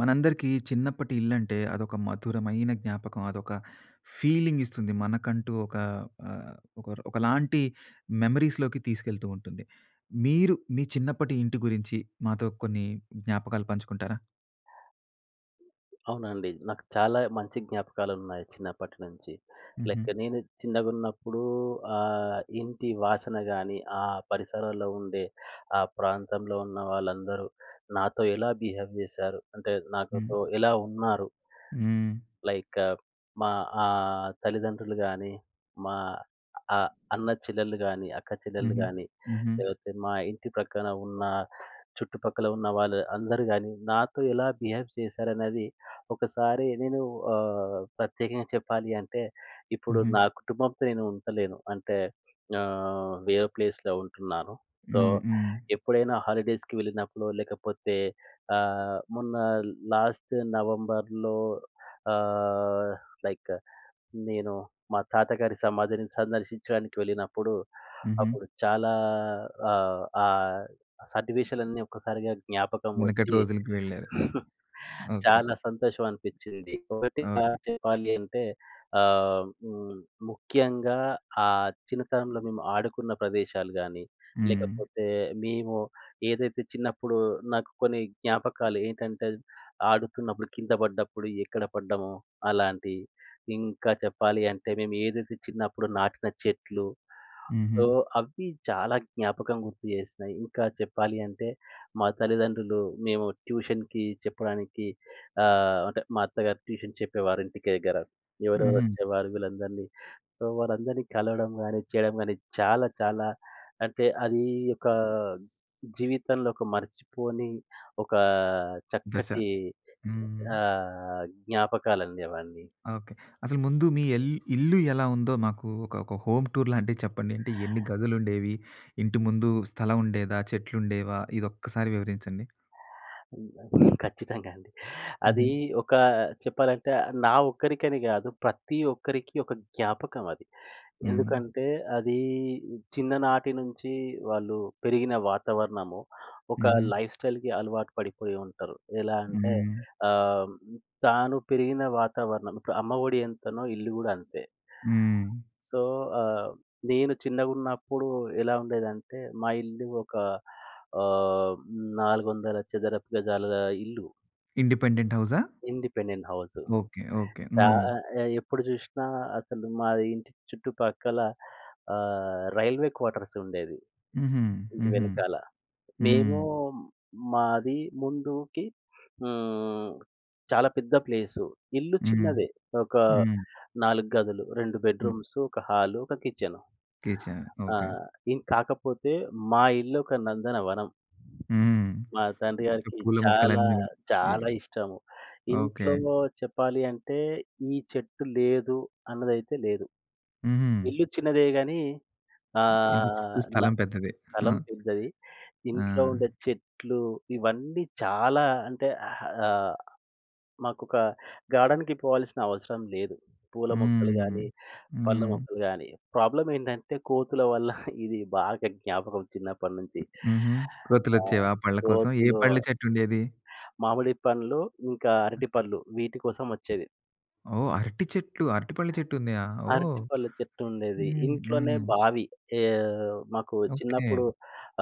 మనందరికీ చిన్నప్పటి ఇల్లంటే అదొక మధురమైన జ్ఞాపకం. అదొక ఫీలింగ్ ఇస్తుంది. మనకంటూ ఒక ఆహ్, ఒక ఒకలాంటి మెమరీస్‌లోకి తీసుకెళ్తూ ఉంటుంది. మీరు మీ చిన్నప్పటి ఇంటి గురించి మాతో కొన్ని జ్ఞాపకాలు పంచుకుంటారా? అవునండి. నాకు చాలా మంచి జ్ఞాపకాలున్నాయి చిన్నప్పటి నుంచి. హుహు. లైక్ నేను చిన్నగున్నప్పుడు ఇంటి వాసన గాని, ఆ పరిసరాల్లో ఉండే ఆ ప్రాంతంలో ఉన్న వాళ్ళందరూ నాతో ఎలా బిహేవ్ జేశారు, అంటే హ్మ్. నాకుతో ఎలా ఉన్నారు, హ్మ్. లైక్ మా తల్లిదండ్రులు గాని, మా అన్న చెల్లెళ్ళు గాని, అక్క చెల్లెళ్ళు హుహు. గాని, హుహు. లేకపోతే మా ఇంటి ప్రక్కన ఉన్న చుట్టుపక్కల ఉన్న వాళ్ళు అందరూ గాని, నాతో ఎలా బిహేవ్ చేశారనేది ఒకసారి నేను ప్రత్యేకంగా చెప్పాలి అంటే, ఇప్పుడు హుహు. నా కుటుంబంతో నేను ఉండలేను. అంటే వేరే ప్లేస్‌లో ఉంటున్నాను. సో, హ్మ్. హ్మ్. ఎప్పుడైనా హాలిడేస్‌కి వెళ్ళినప్పుడు లేకపోతే మొన్న లాస్ట్ నవంబర్‌లో ఆహ్, లైక్ నేను మా తాతగారి సమాధిని సందర్శించడానికి వెళ్ళినప్పుడు, హుహు. అప్పుడు చాలా ఆ సన్నివేశాలన్నీ ఒక్కసారిగా జ్ఞాపకం వెనకటి వచ్చి రోజులకి వెళ్లారు. ఓకే. చాలా సంతోషం అనిపిచ్చింది. ఒకటి ఓకే. చెప్పాలి అంటే ఆహ్, హ్మ్. ముఖ్యంగా ఆ చిన్నతనంలో మేము ఆడుకున్న ప్రదేశాలు గాని, హ్మ్. లేకపోతే మేము ఏదైతే చిన్నప్పుడు నాకు కొన్ని జ్ఞాపకాలు ఏంటంటే, ఆడుతున్నప్పుడు కింద పడ్డప్పుడు ఎక్కడ పడ్డామో అలాంటియి. ఇంకా చెప్పాలి అంటే మేము ఏదైతే చిన్నప్పుడు నాటిన చెట్లు. హుహు. సో, అవి చాలా జ్ఞాపకం గుర్తు చేసినాయి. ఇంకా చెప్పాలి అంటే మా తల్లిదండ్రులు మేము ట్యూషన్‌కి చెప్పడానికి అంటే మా అత్తగారు ట్యూషన్ చెప్పేవారు ఇంటికి దగ్గర. ఎవరెవరు హుహు. వచ్చేవారు వీళ్ళందరినీ. సో, వారందరినీ కలవడం గాని, చేయడం గాని చాలా చాలా అంటే అది ఒక జీవితంలో ఒక మర్చిపోని ఒక దశ. చక్కటి హ్మ్. జ్ఞాపకాలండి అవన్నీ. ఓకే. అసలు ముందు మీ ఇల్లు ఎలా ఉందో మాకు ఒక ఒక హోమ్ టూర్ లాంటిది చెప్పండి. అంటే ఎన్ని గదులుండేవి? ఇంటి ముందు స్థలం ఉండేదా? చెట్లుండేవా? ఇదొక్కసారి వివరించండి. ఖచ్చితంగా అండి. అది హుహు. ఒక చెప్పాలంటే నా ఒక్కరికని గాదు. ప్రతి ఒక్కరికి ఒక జ్ఞాపకం అది. హ్మ్. ఎందుకంటే అది చిన్ననాటి నుంచి వాళ్ళు పెరిగిన వాతావరణము ఒక హుహు. లైఫ్ స్టైల్‌కి అలవాటు పడిపోయి ఉంటారు. ఎలా అంటే హ్మ్. ఆహ్, తాను పెరిగిన వాతావరణం ఇప్పుడు అమ్మ ఒడి ఎంతనో ఇల్లు గూడా అంతే. హ్మ్. సో, ఆహ్, నేను చిన్నగున్నప్పుడు ఎలా ఉండేదంటే మా ఇల్లు ఒక ఆహ్, 400 చదరపు గజాల ఇల్లు. ఇండిపెండెంట్ హౌసా? Independent house. ఓకే. ఓకే. చా హ్మ్. ఎప్పుడు జూషినా అసలు మాది ఇంటి చుట్టుపక్కల రైల్వే క్వార్టర్స్ ఉండేది. హుహు. ఇంటి హుహు. వెనకాల. హ్మ్. మేము మాది ముందుకి హ్మ్. చాలా పెద్ద ప్లేసు. ఇల్లు హ్మ్. చిన్నదే. ఒక హ్మ్. 4 గదులు. 2 హ్మ్. బెడ్‌రూమ్స్, ఒక హాలు, ఒక కిచెను. కిచెన్. ఆ! ఓకే. ఇం కాకపోతే మా ఇల్లు ఒక నందనవనం. హ్మ్. మా తండ్రి అంటే గారికి పూల చాలా, మొక్కలన్నీ. ఎ చాలా ఇష్టము. ఓకే. ఇంట్లో చెప్పాలి అంటే ఈ చెట్టు లేదు అన్నదైతే లేదు. హుహు. ఇల్లు చిన్నదే గానీ ఇంటి చుట్టూ ఆహ్, న స్థలం పెద్దది. ఆ! స్థలం పెద్దది. ఆ! ఇంట్లో ఉండే చెట్లు ఇవన్నీ చాలా అంటే ఆహ్, మాకొక గార్డెన్‌కి పోవాల్సిన అవసరం లేదు. పూల మొక్కలు హ్మ్. గానీ, పళ్ళ హ్మ్. మొక్కలు గానీ. ప్రాబ్లమ్ ఏంటంటే కోతుల వల్ల ఇది బాగా జ్ఞాపకం చిన్నప్పటి నుంచి. హుహు. ఆ! కోతులొచ్చేవా పళ్ళ కోసం? ఏ కోతులు పళ్ళ చెట్టుండేది? మామిడి పండ్లు, ఇంకా అరటి పళ్ళు వీటి కోసం వచ్చేది. ఓహ్! అరటి చెట్లు, అరటి పళ్ళ చెట్టు ఉందా? ఓహ్! అరటి పళ్ళు చెట్టు ఉండేది. హ్మ్. ఇంట్లోనే హ్మ్. బావి మాకు ఓకే. చిన్నప్పుడు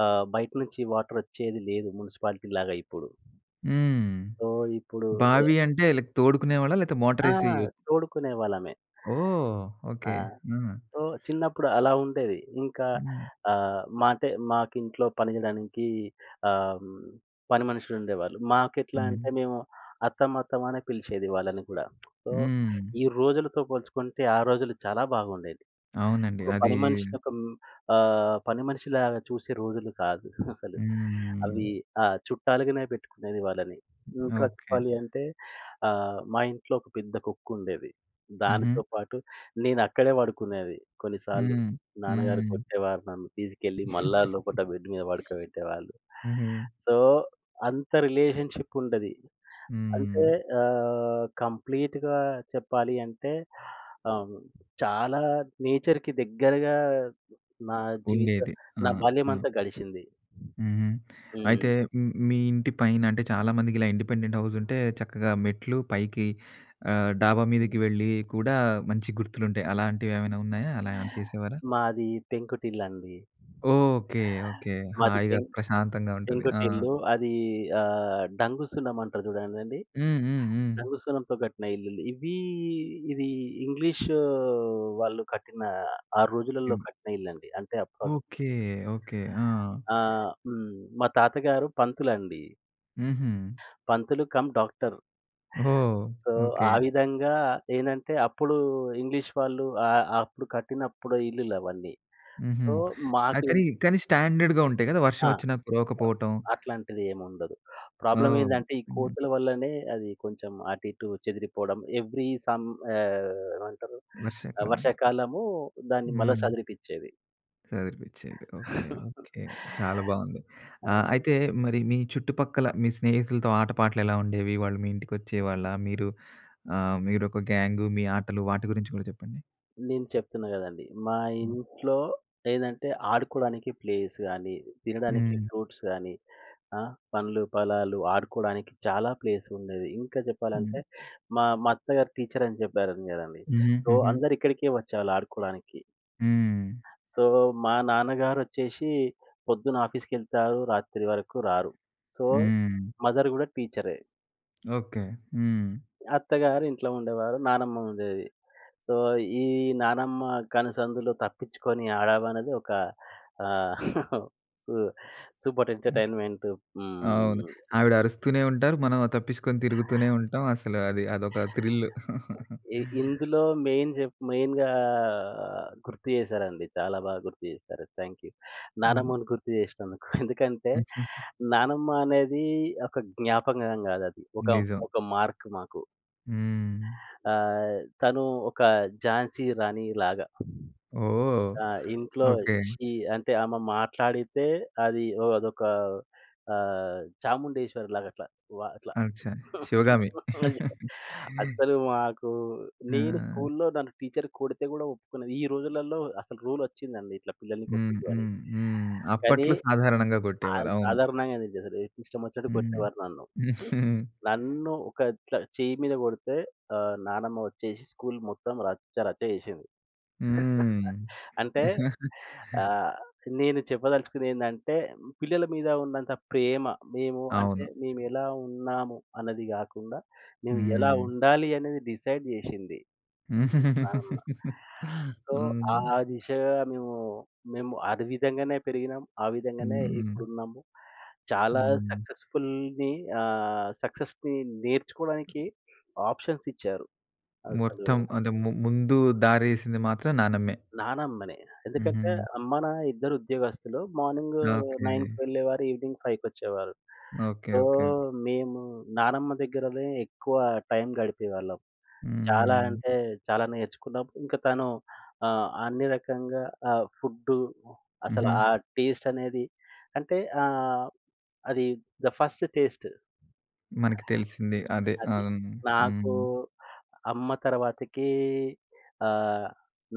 బయట నుంచి వాటర్ వచ్చేది లేదు మున్సిపాలిటీ లాగా ఇప్పుడు. హ్మ్. సో, ఇప్పుడు ఎ బావి అంటే లైక్ తోడుకునేవాళ్ళా? లేతే ఆ! మోటారేసి తోడుకునేవాళ్ళమే. ఓహ్! ఆ! ఓకే. ఆ! ఓహ్! చిన్నప్పుడు అలా ఉండేది. ఇంకా హ్మ్. మా అంటే మాకింట్లో పని జేయడానికి ఆహ్, హ్మ్, పని మనుషులుండేవాళ్ళు. మాకెట్లా హ్మ్. అంటే మేము అత్తమ్మ, అత్తమ్మ అనే పిలిచేది వాళ్ళని కూడా. సో, హ్మ్. ఈ రోజులతో పోల్చుకుంటే ఆ రోజులు చాలా బాగుండేవి. అవునండి. ఒక అది పని మనిషిని పని మనిషిలాగా చూసే రోజులు కాదు అసలు. హ్మ్. అవి ఆ! చుట్టాలుగానే పెట్టుకునేది వాళ్ళని. ఇంకా ఓకే. చెప్పాలి అంటే మా ఇంట్లో ఒక పెద్ద కుక్కుండేది. హుహు. దానితో పాటు నేనక్కడే పడుకునేది కొన్నిసార్లు. హ్మ్. నాన్నగారు హ్మ్. కొట్టేవారు నన్ను తీసుకెళ్ళి మళ్ళా లోపట బెడ్ మీద పడుకోబెట్టేవాళ్ళు. హుహు. సో, అంత రిలేషన్‌షిప్ ఉండేది. అంటే హ్మ్. కంప్లీట్‌గా చెప్పాలి అంటే ఆహ్, చాలా నేచర్‌కి దగ్గరగా నా జీవిత ఉండేది. ఆ! నా ఆ! బాల్యమంతా గడిచింది. హుహు. హ్మ్. అయితే మీ ఇంటి పైన అంటే చాలామందికి ఇలా ఇండిపెండెంట్ హౌస్ ఉంటే చక్కగా మెట్లు పైకి డాబా మీదకి వెళ్ళి కూడా మంచి గుర్తులుంటాయి. అలాంటివేమైనా ఉన్నాయా? అలా ఏమైనా చేసేవారా? మాది పెంకుటిల్లండి. ఓకే. ఓకే. మాది హాయిగా పెం ప్రశాంతంగా ఉంటది. ఆ! పెంకుటిల్లు. అది డంగు సున్నం అంటారు చూడండండి. హ్మ్. హ్మ్. హ్మ్. డంగు సున్నంతో కట్టిన ఇల్లులు. ఇవి ఇది ఇంగ్లీష్ వాళ్ళు కట్టిన ఆ రోజులలో ఇది కట్టిన ఇల్లండి. అంటే అప్రాక్స్ ఓకే. ఓకే. ఆ! ఆ! హ్మ్. మా తాతగారు పంతులండి. హుహు. పంతులు కమ్ డాక్టర్. ఓహ్! So, okay. ఆ విధంగా ఏందంటే, అప్పుడు ఇంగ్లీష్ వాళ్ళు అప్పుడు కట్టినప్పుడు ఇల్లులవన్నీ. హుహు. సో, ఆ! మాకు కానీ, ఇన్ కానీ స్టాండర్డ్‌గా ఉంటాయి కదా! వర్షం ఆ! వచ్చినా కురవకపోవటం. అట్లాంటిది ఏముండదు. ప్రాబ్లమ్ ఓహ్! ఏందంటే, ఈ హ్మ్. కోతల వల్లనే అది కొంచెం అటు ఇటు చెదిరిపోవడం. ఆహ్, ఏమంటారు? వర్షాకాలంలో. వర్షాకాలము దాన్ని మళ్ళా హ్మ్. సదిరిపిచ్చేది. చదివిపిచ్చేది. ఓకే. ఓకే. చాలా బావుంది. అది. అయితే మరి మీ చుట్టుపక్కల మీ స్నేహితులతో ఆటపాటలెలా ఉండేవి? వాళ్ళు మీ ఇంటికొచ్చేవాళ్ళా? మీరొక గ్యాంగు, మీ ఆటలు వాటి గురించి గూడా చెప్పండి? నేను చెప్తున్నా గదండీ. మా హ్మ్. ఇంట్లో ఏదంటే ఆడుకోడానికి ప్లేస్ గానీ, తినడానికి హ్మ్. ఫ్రూట్స్ గానీ, ఆ! పండ్లు, ఫలాలు ఆడుకోడానికి చాలా ప్లేస్ ఉండేది. ఇంకా హ్మ్. చెప్పాలంటే మా మా అత్తగారు టీచర్ అని చెప్పారని గదండీ. హుహు. సో, హుహు. అందరూ ఇక్కడికే వచ్చేవాళ్ళు ఆడుకోడానికి. హ్మ్. సో, మా నాన్నగారొచ్చేసి పొద్దున ఆఫీస్‌కెళ్తారు. రాత్రి వరకు రారు. సో, హ్మ్. మదర్ గూడా టీచరే. ఓకే. హ్మ్. అత్తగారు ఇంట్లో ఉండేవారు. నానమ్మ ఉండేది. సో, ఈ నానమ్మ కనుసందులో తప్పించుకొని ఆడడం అనేది ఒక ఆహ్, సు సూపర్ ఎంటర్‌టైన్‌మెంట్. అవును. హ్మ్. ఆవిడ అరుస్తూనే ఉంటారు. మనం తప్పిచ్చుకొని తిరుగుతూనే ఉంటాం. అసలు అదొక థ్రిల్. ఇ ఇందులో మెయిన్‌గా గుర్తు చేశారండి. చాలా బాగా గుర్తు చేశారు. Thank you. హ్మ్. నానమ్మను గుర్తు చేసినందుకు. ఎందుకంటే నానమ్మ అనేది ఒక జ్ఞాపకం కాదది. ఒక నిజం. ఒక మార్క్ మాకు. హ్మ్. తను ఒక ఝాన్సీ రాణిలాగా. ఓహ్! ఆ! ఇంట్లో ఓకే. షీ అంటే ఆమె మాట్లాడితే అది ఓ అదొక చాముండేశ్వరిలాగా అట్లా అట్లా. అచ్చా! 'శివగామి'. అస్సలు మాకు ఆ! నేను స్కూల్లో నన్ను టీచర్ కొడితే గూడా ఒప్పుకునేది. ఈ రోజులలో అసలు రూలొచ్చిందండి ఇట్లా పిల్లల్ని హ్మ్. కొట్టొద్దు అని. హ్మ్. హ్మ్. కానీ అప్పట్లో సాధారణంగా కొట్టేవారు. ఆళ్ళు అవును. సాధారణంగా అసలు ఇష్టమొచ్చినట్టు హ్మ్. కొట్టేవారు నన్ను. నన్ను ఒక ఇట్లా చెయ్యి మీద కొడితే నానమ్మ వచ్చేసి స్కూల్ మొత్తం రచ్చ రచ్చ చేసింది. హ్మ్. అంటే ఆహ్, నేను చెప్పదలుచుకుందేందంటే, పిల్లల మీద ఉన్నంత ప్రేమ మేము అంటే అవును. మేమెలా ఉన్నాము అన్నది గాకుండా, మేము ఎలా హ్మ్. ఉండాలి అనేది డిసైడ్ జేషింది మా అమ్మ. సో, హ్మ్. ఆ దిశగా మేము అది విధంగానే పెరిగినాం. ఆ విధంగానే హ్మ్. ఇప్పుడున్నాము. చాలా హ్మ్. సక్సెస్‌ఫుల్‌ని సక్సెస్‌ని నేర్చుకోవడానికి ఆప్షన్స్ ఇచ్చారు అసలు మొత్తం అంటే ముందు దారేసింది మాత్రం నానమ్మే. నానమ్మనే. ఎందుకంటే హుహు. అమ్మ, నాన్న ఇద్దరు ఉద్యోగస్తులు. Morning okay. 9కి వెళ్ళేవారు. ఈవినింగ్ 5కి వచ్చేవారు. ఓకే. So, okay. మేము నానమ్మ దగ్గరనే ఎక్కువ టైం గడిపేవాళ్ళం. చాలా హ్మ్. అంటే చాలా నేర్చుకున్నాం. ఇంకా తను అన్ని రకంగా ఫుడ్డు అసలు హుహు. ఆ టేస్ట్ అనేది అంటే ఆహ్, అది ద ఫస్ట్ టేస్ట్ మనకి తెలిసింది. అదే. అది. అవును. నాకు హ్మ్. అమ్మ తర్వాతకి ఆహ్,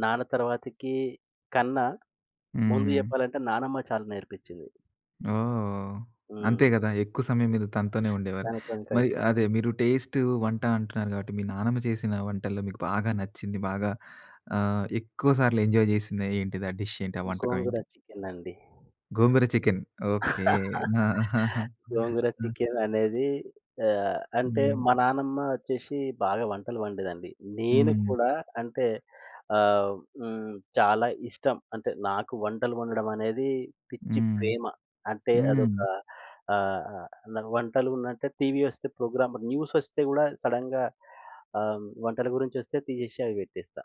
నాన్న తర్వాతకి కన్నా ముందు హ్మ్. చెప్పాలంటే నానమ్మ చాలా నేర్పించింది. ఓహ్! అంతే హ్మ్. గదా! ఎక్కువ సమయం మీరు తనతోనే ఉండేవారు. దానితోని మరి కలిపి అదే మీరు టేస్ట్ వంట అంటున్నారు గాబట్టి, మీ నానమ్మ చేసిన వంటల్లో మీకు బాగా నచ్చింది, బాగా ఎక్కువ సార్లు ఎంజాయ్ చేసింది ఏంటిది? ఆ డిష్ ఏంటి? ఆ వంటకం గోంగూర ఏంటి? చికెన్ అండి. గోంగూర చికెన్. ఓకే. ఆ! గోంగూర ఆ! చికెన్ అనేది అంటే హ్మ్. మా నానమ్మ వచ్చేసి బాగా వంటలు వండేదండి. నేను హ్మ్. కూడా అంటే ఆహ్, హ్మ్. చాలా ఇష్టం. అంటే నాకు వంటలు వండడం అనేది పిచ్చి హ్మ్. ప్రేమ. అంటే హ్మ్. అదొక ఆహ్, నాకు వంటలు అంటే టీవీ వస్తే ప్రోగ్రామ్ న్యూస్ వస్తే కూడా సడెన్‌గా వంటల గురించి వస్తే తీసేసి అవి పెట్టేస్తా.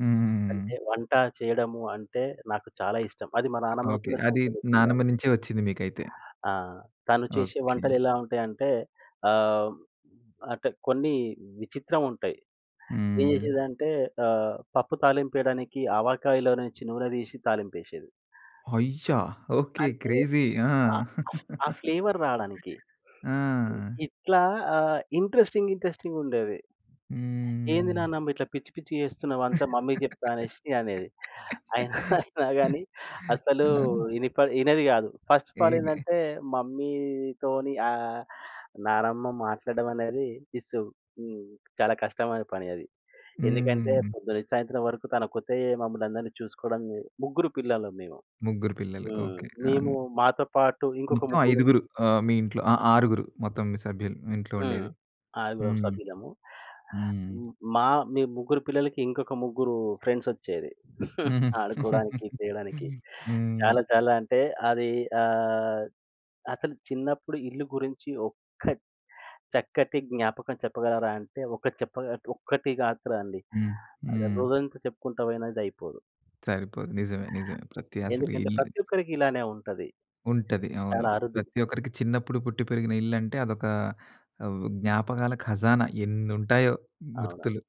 హ్మ్. అంటే వంట చేయడము అంటే నాకు చాలా ఇష్టం. అది మా నానమ్మ ఓకే. కూడా అది నానమ్మ సంక్రమించిందండి. నుంచే వచ్చింది మీకైతే. ఆ! తను చేసే ఓకే. వంటలెలా ఉంటాయంటే ఆహ్, అంటే కొన్ని విచిత్రముంటాయి. ఏం హ్మ్. చేసేదంటే పప్పు తాలింపేయడానికి ఆవాకాయలో నుంచి నూనె తీసి తాలింపేసేది. అయ్యా! ఓకే. అంటే క్రేజీ. ఆ! ఆ ఆ ఫ్లేవర్ రాడానికి. ఆ! ఇట్లా ఇంట్రెస్టింగుండేది. హ్మ్. ఏంది నాన్నమ్మ ఇట్లా పిచ్చి పిచ్చియి చేస్తున్నావు అంతా మమ్మీకి చెప్తా అనేసి అనేది. ఆ! అయినా అయినా గాని అసలు ఇది హ్మ్. ఇనేది గాదు. ఫస్ట్ ఆఫ్ ఆల్ ఏందంటే మమ్మీతోని నానమ్మ మాట్లాడడం అనేది ఇస్ హ్మ్. చాలా కష్టమైన పని అది. ఎందుకంటే పొద్దు నుంచి సాయంత్రం వరకు తనొక్కతే మమ్మల్నందరిని చూసుకోవడం ముగ్గురు పిల్లలం మేము. ముగ్గురు పిల్లలు. హ్మ్. ఓకే. ఆ! మేము మాతో పాటు ఇంకొక మొత్తం ముగ్గురు. ఐదుగురు మీ ఇంట్లో ఆ! ఆరుగురు మొత్తం మీ సభ్యులు ఇంట్లో ఉండేది. హ్మ్. ఆరుగురం హ్మ్. సభ్యులము. హ్మ్. హ్మ్. మా మీ ముగ్గురు పిల్లలకి ఇంకొక ముగ్గురు ఫ్రెండ్సొచ్చేది. హ్మ్. ఆడుకోవడానికి, చేయడానికి. హ్మ్. చాలా చాలా అంటే అది ఆహ్, అసలు చిన్నప్పుడు ఇల్లు గురించి ఒక్క చక్కటి జ్ఞాపకం చెప్పగలరా అంటే ఒక చెప్ప ఒక్కటి కాదురా అండి. హ్మ్. అది హ్మ్. రోజంతా చెప్పుకుంటా పోయినది అయిపోదు. సరిపోదు. నిజమే. నిజమే. ప్రతి అసలు ఎందుకంటే ఇల్లు ప్రతి ఒక్కరికి ఇలానే ఉంటది. ఉంటది. అవును. చాలా అరుదు. ప్రతి ఒక్కరికి చిన్నప్పుడు పుట్టి పెరిగిన ఇల్లంటే అదొక జ్ఞాపకాల ఖజానా ఎన్నుంటాయో అవును. గుర్తులు.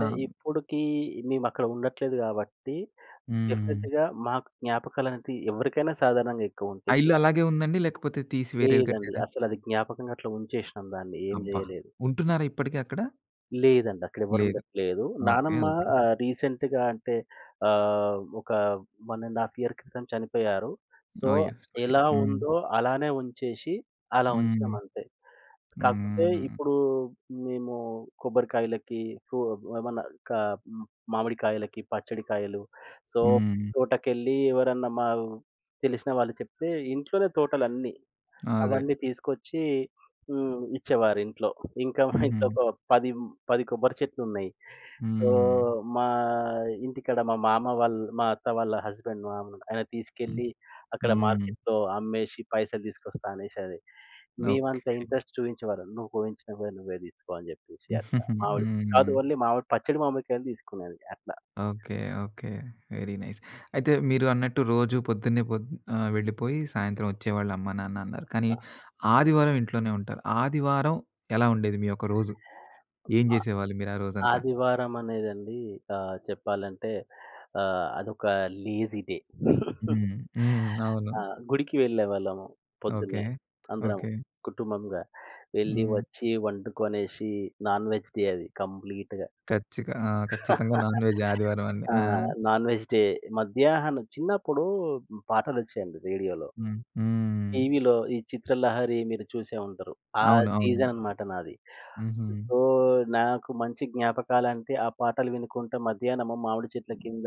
ఆ! ఇప్పుడుకి మేమక్కడ ఉండట్లేదు కాబట్టి హ్మ్. డెఫినెట్‌గా మాకు జ్ఞాపకాలనేది ఎవరికైనా సాధారణంగా ఆ ఎక్కువుంటాయి. ఇల్లు హ్మ్. అలాగే ఉందండి? లేకపోతే తీసి వేరేది లేదండి. కట్టారా? అసలది జ్ఞాపకంగా అట్లా ఉంచేసినాం దాన్ని. ఏం అబ్బా! జేయలేదు. ఉంటున్నారా ఇప్పటికి అక్కడ? లేదండి. అక్కడెవ్వరు లేదు. ఉండట్లేదు. ఓకే. నానమ్మ ఓకే. రీసెంట్‌గా అంటే ఒక 1 ½ ఇయర్ క్రితం చనిపోయారు. సో, అయ్యో! సారీ. ఎలా హ్మ్. ఉందో అలానే ఉంచేసి అలా హ్మ్. ఉంచినామంతే. కాకపోతే హ్మ్. ఇప్పుడు మేము కొబ్బరికాయలకి, కు ఏమన్నా కా హ్మ్, మామిడికాయలకి, పచ్చడికాయలు సో, హ్మ్. తోటకెళ్ళి ఎవరన్నా మా తెలిసిన వాళ్ళు చెప్తే ఇంట్లోనే తోటలన్నీ. అదే. అవన్నీ తీసుకొచ్చి హ్మ్. ఇచ్చేవారు ఇంట్లో. ఇంకా మా హుహు. ఇంట్లో ఒక 10, 10 కొబ్బరి చెట్లున్నాయి. సో, హ్మ్. మా ఇంటికాడ మా మామ వాళ్ళు మా అత్త వాళ్ళ హస్బెండ్ మామ ఆయన హ్మ్. తీసుకెళ్ళి అక్కడ హ్మ్. మార్కెట్‌లో అమ్మేసి పైసలు తీసుకొస్తా అనేశారు. ఓకే. మేమంత ఇంట్రెస్ట్ చూయించేవాళ్ళం. "నువ్వు కోయించినవే నువ్వే తీసుకో" అని జెప్పేసి అట్లా. మామిడి కాదు హ్మ్. ఓన్లీ మామిడి పచ్చడి మామిడికాయలు తీసుకునేది అట్లా. ఓకే. ఓకే. Very nice. అయితే మీరు అన్నట్టు రోజు పొద్దున్నే వెళ్ళిపోయి సాయంత్రం వచ్చేవాళ్ళు అమ్మా, నాన్న అన్నారు. కానీ ఆదివారం ఇంట్లోనే ఉంటారు. ఆదివారం ఎలా ఉండేది మీ యొక్క రోజు? ఏం ఆ! చేసేవాళ్ళు మీరు ఆ రోజంతా? ఆదివారం అనేదండి చెప్పాలంటే అదొక లేజీ డే. హ్మ్. హ్మ్. అవును. ఆ! గుడికి వెళ్ళేవాళ్ళము ఓకే. పొద్దున్నే అందరం ఓకే. కుటుంబంగా. వెళ్ళి హ్మ్. వచ్చి వండుకొనేసి నాన్‌వెజ్ డే అది కంప్లీట్‌గా. ఆ! ఖచ్చితంగా నాన్ వెజ్ ఆదివారం అండి. ఆ! ఆ! నాన్‌వెజ్ డే మధ్యాహ్నం చిన్నప్పుడు పాటలొచ్చాయండి రేడియోలో. హ్మ్. హ్మ్. టీవీలో ఈ 'చిత్రలహరి' మీరు చూసే ఉంటారు. ఆ అవును. సీజన్ అవునండి. అన్నమాట నాది. హుహు. సో, నాకు మంచి జ్ఞాపకాలంటే ఆ పాటలు వినుకుంటా మధ్యాహ్నము మామిడి చెట్ల కింద,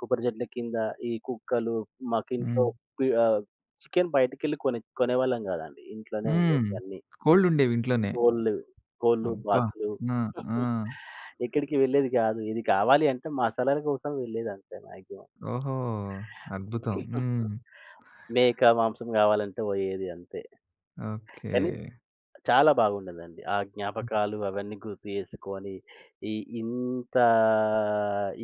కొబ్బరి చెట్ల కింద ఈ కుక్కలు మాకింట్లో హ్మ్. పి ఆహ్, చికెన్ బయటికెళ్ళి కొనేవాళ్ళం కాదండి. ఇంట్లోనే హ్మ్. ఉండేవి అన్నీ. కోళ్ళుండేవి ఇంట్లోనే. కోళ్ళు, కోళ్ళు, అబ్బా! బాతులు ఆ! ఆ! ఎక్కడికి వెళ్ళేది కాదు. ఇది కావాలి అంటే మసాలాల కోసం వెళ్ళేదంతే మాక్సిమం. ఓహో! అద్భుతం. హ్మ్. మేక మాంసం కావాలంటే పోయేది అంతే. ఓకే. కానీ చాలా బాగుండేదండి. ఆ జ్ఞాపకాలు అవన్నీ గుర్తు చేసుకొని, ఈ ఇంత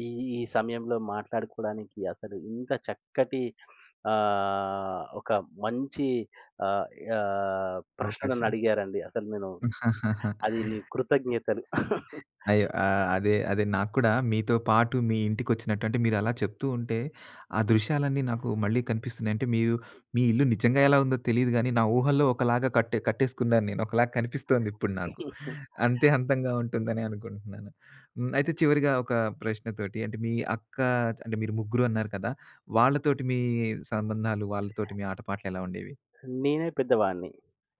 ఈ ఈ సమయంలో మాట్లాడుకోవడానికి అసలు ఇంత చక్కటి ఒక మంచి ఆహ్, ఆహ్, ప్రశ్న అవకాశం. నన్నడిగారండి. అసలు నేను అది నీ కృతజ్ఞతలు. అయ్యో! అదే, అదే నాకు కూడా మీతో పాటు మీ ఇంటికొచ్చినట్టు అంటే మీరలా చెప్తూ ఉంటే, ఆ దృశ్యాలన్నీ నాకు మళ్ళీ కనిపిస్తున్నాయి. అంటే మీరు మీ ఇల్లు నిజంగా ఎలా ఉందో తెలీదు గానీ, నా ఊహల్లో ఒకలాగా కట్టేసుకున్నాను నేను. ఒకలాగా కనిపిస్తోందిప్పుడు నాకు. అంతే అంతంగా ఉంటుందని అనుకుంటున్నాను. హ్మ్. అయితే చివరిగా ఒక ప్రశ్నతోటి అంటే మీ అక్క అంటే మీరు ముగ్గురు అన్నారు కదా! వాళ్ళతోటి మీ సంబంధాలు, వాళ్ళతోటి మీ ఆటపాటలు ఎలా ఉండేవి? నేనే పెద్దవాడిని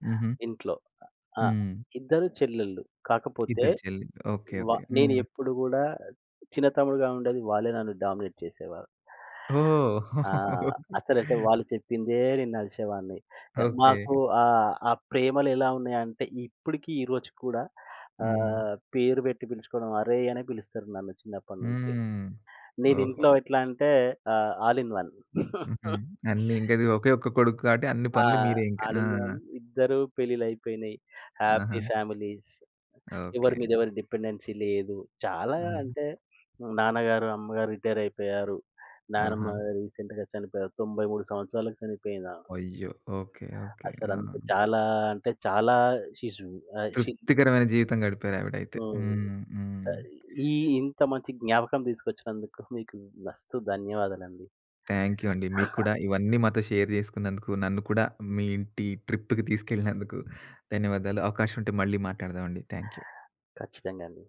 హుహు. ఇంట్లో. ఆ! హ్మ్. ఇద్దరు చెల్లెళ్ళు. కాకపోతే ఇద్దరు చెల్లి ఓకే. వ ఓకే. నేను హ్మ్. ఎప్పుడు గూడా చిన్న తమ్ముడుగా ఉండేది వాళ్ళే నన్ను డామినేట్ చేసేవారు. ఓహ్! ఆ! అసలంటే వాళ్ళు చెప్పిందే నేను నడిచేవాడిని. ఓకే. యాహ్! ఓకే. మాకు ఆ ప్రేమలెలా ఉన్నాయంటే ఇప్పటికి ఈ రోజుకి కూడా హ్మ్. పేరు పెట్టి పిలుచుకోవడం అరేయ్! అనే పిలుస్తారు నన్ను చిన్నప్పటి నుంచి. హ్మ్. నేను ఓహో! ఇంట్లో ఎట్లా అంటే ఆల్ ఇన్ వన్. హుహు. అన్నీ ఇంక అది ఒకే ఒక్క కొడుకు కాబట్టి అన్ని ఆ! పనులు మీరే ఇంక. ఆల్ ఆ! ఇన్ వన్ ఇద్దరు పెళ్ళిళ్ళయిపోయినాయి. ఆహా! Happy families. ఎవరి ఓకే. మీద ఎవరి డిపెండెన్సీ లేదు. చాలా ఆహా! అంటే నాన్నగారు, అమ్మగారు రిటైర్ అయిపోయారు. ఆహా! నానమ్మ రీసెంట్‌గా చనిపోయారు. 93 సంవత్సరాలకు చనిపోయిందామె. అయ్యో! ఓకే. ఓకే. ఆ! అసలంత చాలా అంటే చాలా షీస్ ఆహ్, షీ తృప్తికరమైన జీవితం గడిపారావిడైతే. హ్మ్. హ్మ్. హ్మ్. ఈ ఇంత మంచి జ్ఞాపకం తీసుకొచ్చినందుకు మీకు మస్తు ధన్యవాదాలండి. థాంక్ యూ అండి. మీకు కూడా ఇవన్నీ మాతో షేర్ చేసుకున్నందుకు, నన్ను కూడా మీ ఇంటి ట్రిప్‌కి తీసుకెళ్ళినందుకు ధన్యవాదాలు. అవకాశం ఉంటే మళ్ళీ మాట్లాడదామండి. Thank you. ఖచ్చితంగా అండి.